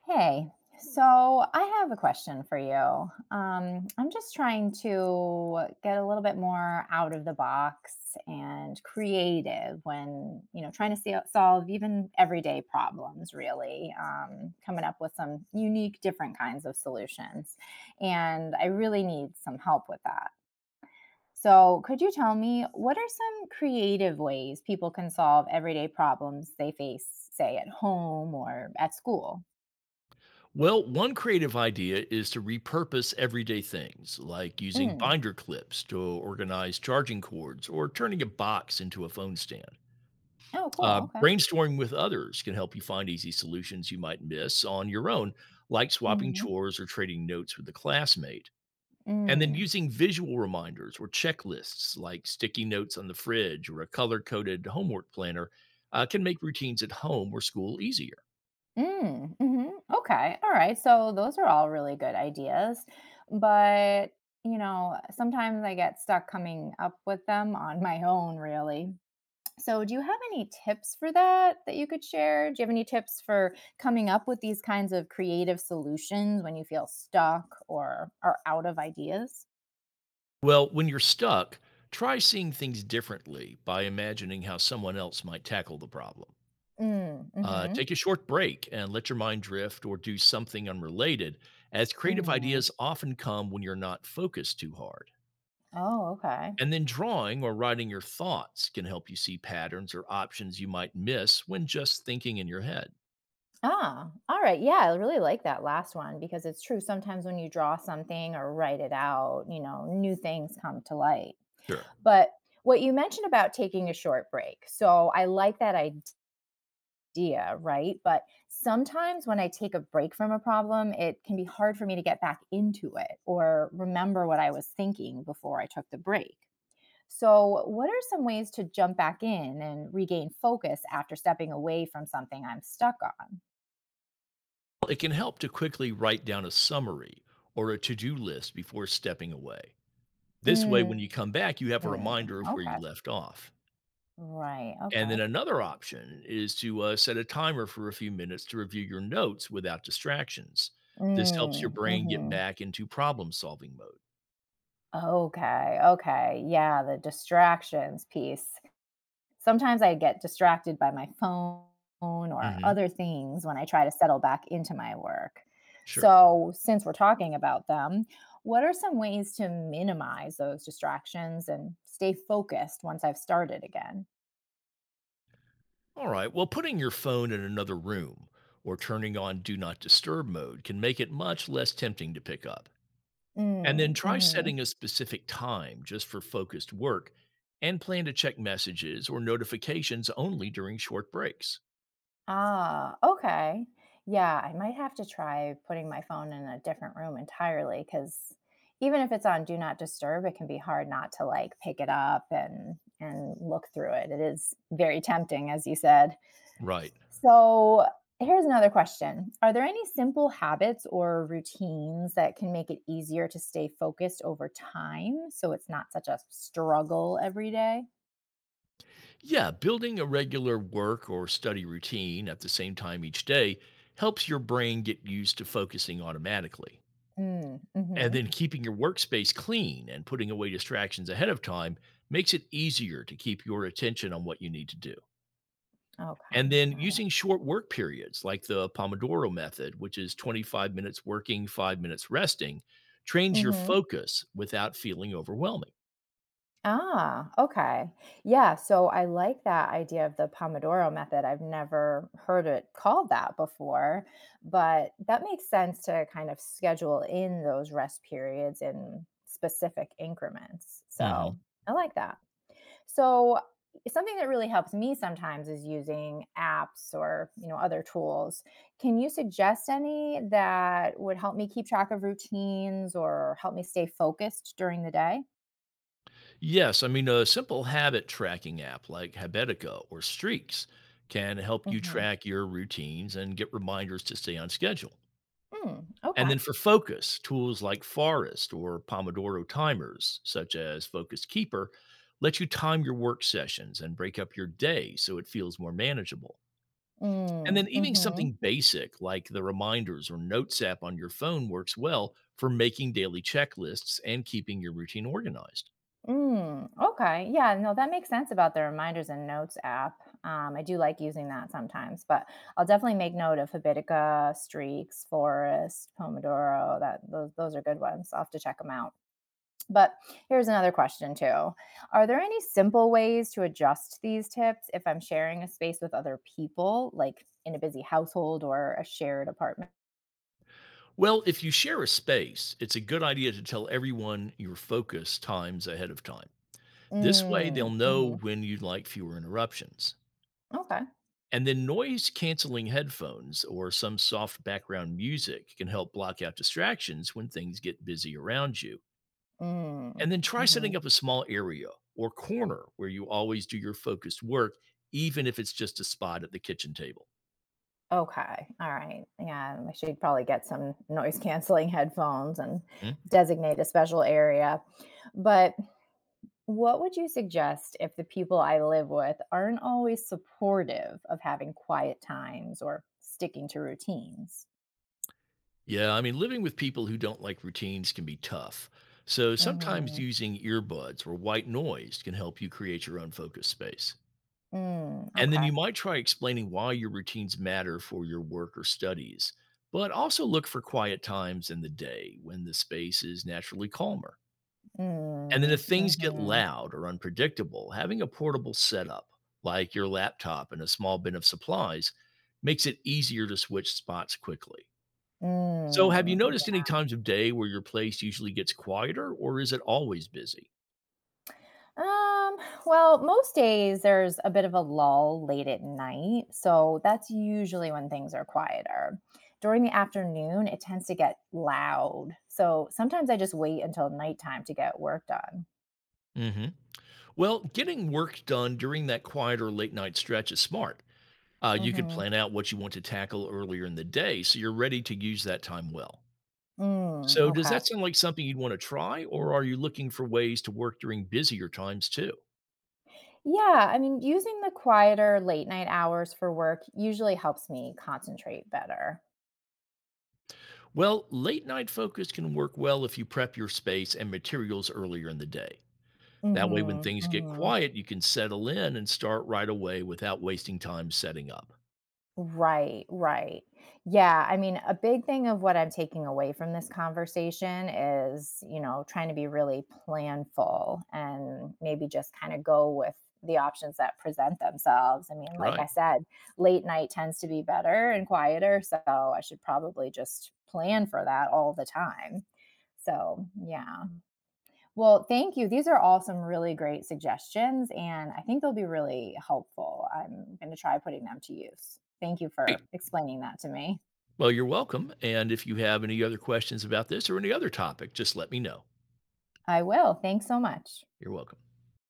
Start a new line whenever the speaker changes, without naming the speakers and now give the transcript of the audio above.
Hey, so I have a question for you. I'm just trying to get a little bit more out of the box and creative when, you know, trying to see, solve even everyday problems, really, coming up with some unique, different kinds of solutions. And I really need some help with that. So, could you tell me what are some creative ways people can solve everyday problems they face, say, at home or at school?
Well, one creative idea is to repurpose everyday things like using
Mm.
binder clips to organize charging cords or turning a box into a phone stand.
Oh, cool. Okay.
Brainstorming with others can help you find easy solutions you might miss on your own, like swapping
Mhm.
chores or trading notes with a classmate. And then
Mm.
using visual reminders or checklists like sticky notes on the fridge or a color coded homework planner can make routines at home or school easier.
Mm. Mhm. Okay. All right. So those are all really good ideas, but you know, sometimes I get stuck coming up with them on my own, really. So, do you have any tips for that that you could share? Do you have any tips for coming up with these kinds of creative solutions when you feel stuck or are out of ideas?
Well, when you're stuck, try seeing things differently by imagining how someone else might tackle the problem.
Mm, mhm.
Take a short break and let your mind drift or do something unrelated, as creative
Mhm.
ideas often come when you're not focused too hard.
Oh, okay.
And then drawing or writing your thoughts can help you see patterns or options you might miss when just thinking in your head.
Ah, all right. Yeah, I really like that last one because it's true. Sometimes when you draw something or write it out, you know, new things come to light.
Sure.
But what you mentioned about taking a short break. So I like that idea, right? But sometimes when I take a break from a problem, it can be hard for me to get back into it or remember what I was thinking before I took the break. So, what are some ways to jump back in and regain focus after stepping away from something I'm stuck on?
It can help to quickly write down a summary or a to do list before stepping away. This way, when
Mm.
you come back, you have a
Mm,
reminder of where
okay.
you left off.
Right,
And
okay.
then another option is to set a timer for a few minutes to review your notes without distractions. This helps your
Mm,
brain get
mhm.
back into problem solving mode.
Okay, okay, yeah, the distractions piece. Sometimes I get distracted by my phone or
Hmm.
other things when I try to settle back into my work.
Sure.
So, since we're talking about them, what are some ways to minimize those distractions and stay focused once I've started again?
All right, well, putting your phone in another room or turning on do not disturb mode can make it much less tempting to pick up. And then
Mm,
try setting
mhm.
a specific time just for focused work and plan to check messages or notifications only during short breaks.
Ah, okay. Yeah, I might have to try putting my phone in a different room entirely cuz even if it's on do not disturb, it can be hard not to like pick it up and look through it. It is very tempting as you said.
Right.
So, here's another question. Are there any simple habits or routines that can make it easier to stay focused over time so it's not such a struggle every day?
Yeah, building a regular work or study routine at the same time each day helps your brain get used to focusing automatically.
Mm,
And then
mhm.
keeping your workspace clean and putting away distractions ahead of time makes it easier to keep your attention on what you need to do. And
Okay,
then
got it.
using short work periods like the Pomodoro method, which is 25 minutes working, 5 minutes resting, trains your
Mhm.
focus without feeling overwhelming.
Ah, okay. Yeah, so I like that idea of the Pomodoro method. I've never heard it called that before, but that makes sense to kind of schedule in those rest periods in specific increments. So
Mhm.
I like that. So something that really helps me sometimes is using apps or you know other tools. Can you suggest any that would help me keep track of routines or help me stay focused during the day?
Yes, I mean, a simple habit tracking app like Habetico or Streaks can help you
Hmm.
track your routines and get reminders to stay on schedule.
Mm,
And
okay.
then for focus, tools like Forest or Pomodoro timers, such as Focus Keeper, let you time your work sessions and break up your day so it feels more manageable. And
Mm,
then even
mhm.
something basic like the reminders or notes app on your phone works well for making daily checklists and keeping your routine organized.
Mm, okay. Yeah, no, that makes sense about the reminders and notes app. I do like using that sometimes, but I'll definitely make note of Habitica, Streaks, Forest, Pomodoro. That those are good ones. I'll have to check them out. But here's another question too. Are there any simple ways to adjust these tips if I'm sharing a space with other people, like in a busy household or a shared apartment?
Well, if you share a space, it's a good idea to tell everyone your focus times ahead of time. This way,
Mm,
they'll know
hmm.
when you'd like fewer interruptions.
Okay.
And then noise canceling headphones or some soft background music can help block out distractions when things get busy around you. And
Mm,
then try
hmm.
setting up a small area or corner where you always do your focused work, even if it's just a spot at the kitchen table.
Okay. All right. Yeah, I should probably get some noise canceling headphones and designate a special area. But what would you suggest if the people I live with aren't always supportive of having quiet times or sticking to routines?
Yeah, I mean, living with people who don't like routines can be tough. So sometimes
Mhm.
using earbuds or white noise can help you create your own focus space.
Mm,
And then
okay.
you might try explaining why your routines matter for your work or studies, but also look for quiet times in the day when the space is naturally calmer. And then
Mm,
if things get
mhm.
loud or unpredictable, having a portable setup like your laptop and a small bin of supplies makes it easier to switch spots quickly. So, have
Mm.
you noticed any times of day where your place usually gets quieter, or is it always busy?
Um, well, most days there's a bit of a lull late at night, so that's usually when things are quieter. During the afternoon, it tends to get loud. So sometimes I just wait until nighttime to get work done.
Hmm. Well, getting work done during that quieter late night stretch is smart. You could
Mhm.
plan out what you want to tackle earlier in the day so you're ready to use that time well.
Mm,
So, does
okay.
that sound like something you'd want to try, or are you looking for ways to work during busier times too?
Yeah, I mean, using the quieter late night hours for work usually helps me concentrate better.
Well, late night focus can work well if you prep your space and materials earlier in the day. That way, when
Mhm.
things get
Mhm.
quiet, you can settle in and start right away without wasting time setting up.
Right, right. Yeah, I mean, a big thing of what I'm taking away from this conversation is, you know, trying to be really planful and maybe just kind of go with the options that present themselves. I mean, like I
Right.
said, late night tends to be better and quieter, so I should probably just plan for that all the time. So, yeah. Well, thank you. These are all some really great suggestions, and I think they'll be really helpful. I'm going to try putting them to use. Thank you for
Great.
explaining that to me.
Well, you're welcome. And if you have any other questions about this or any other topic, just let me know.
I will. Thanks so much.
You're welcome.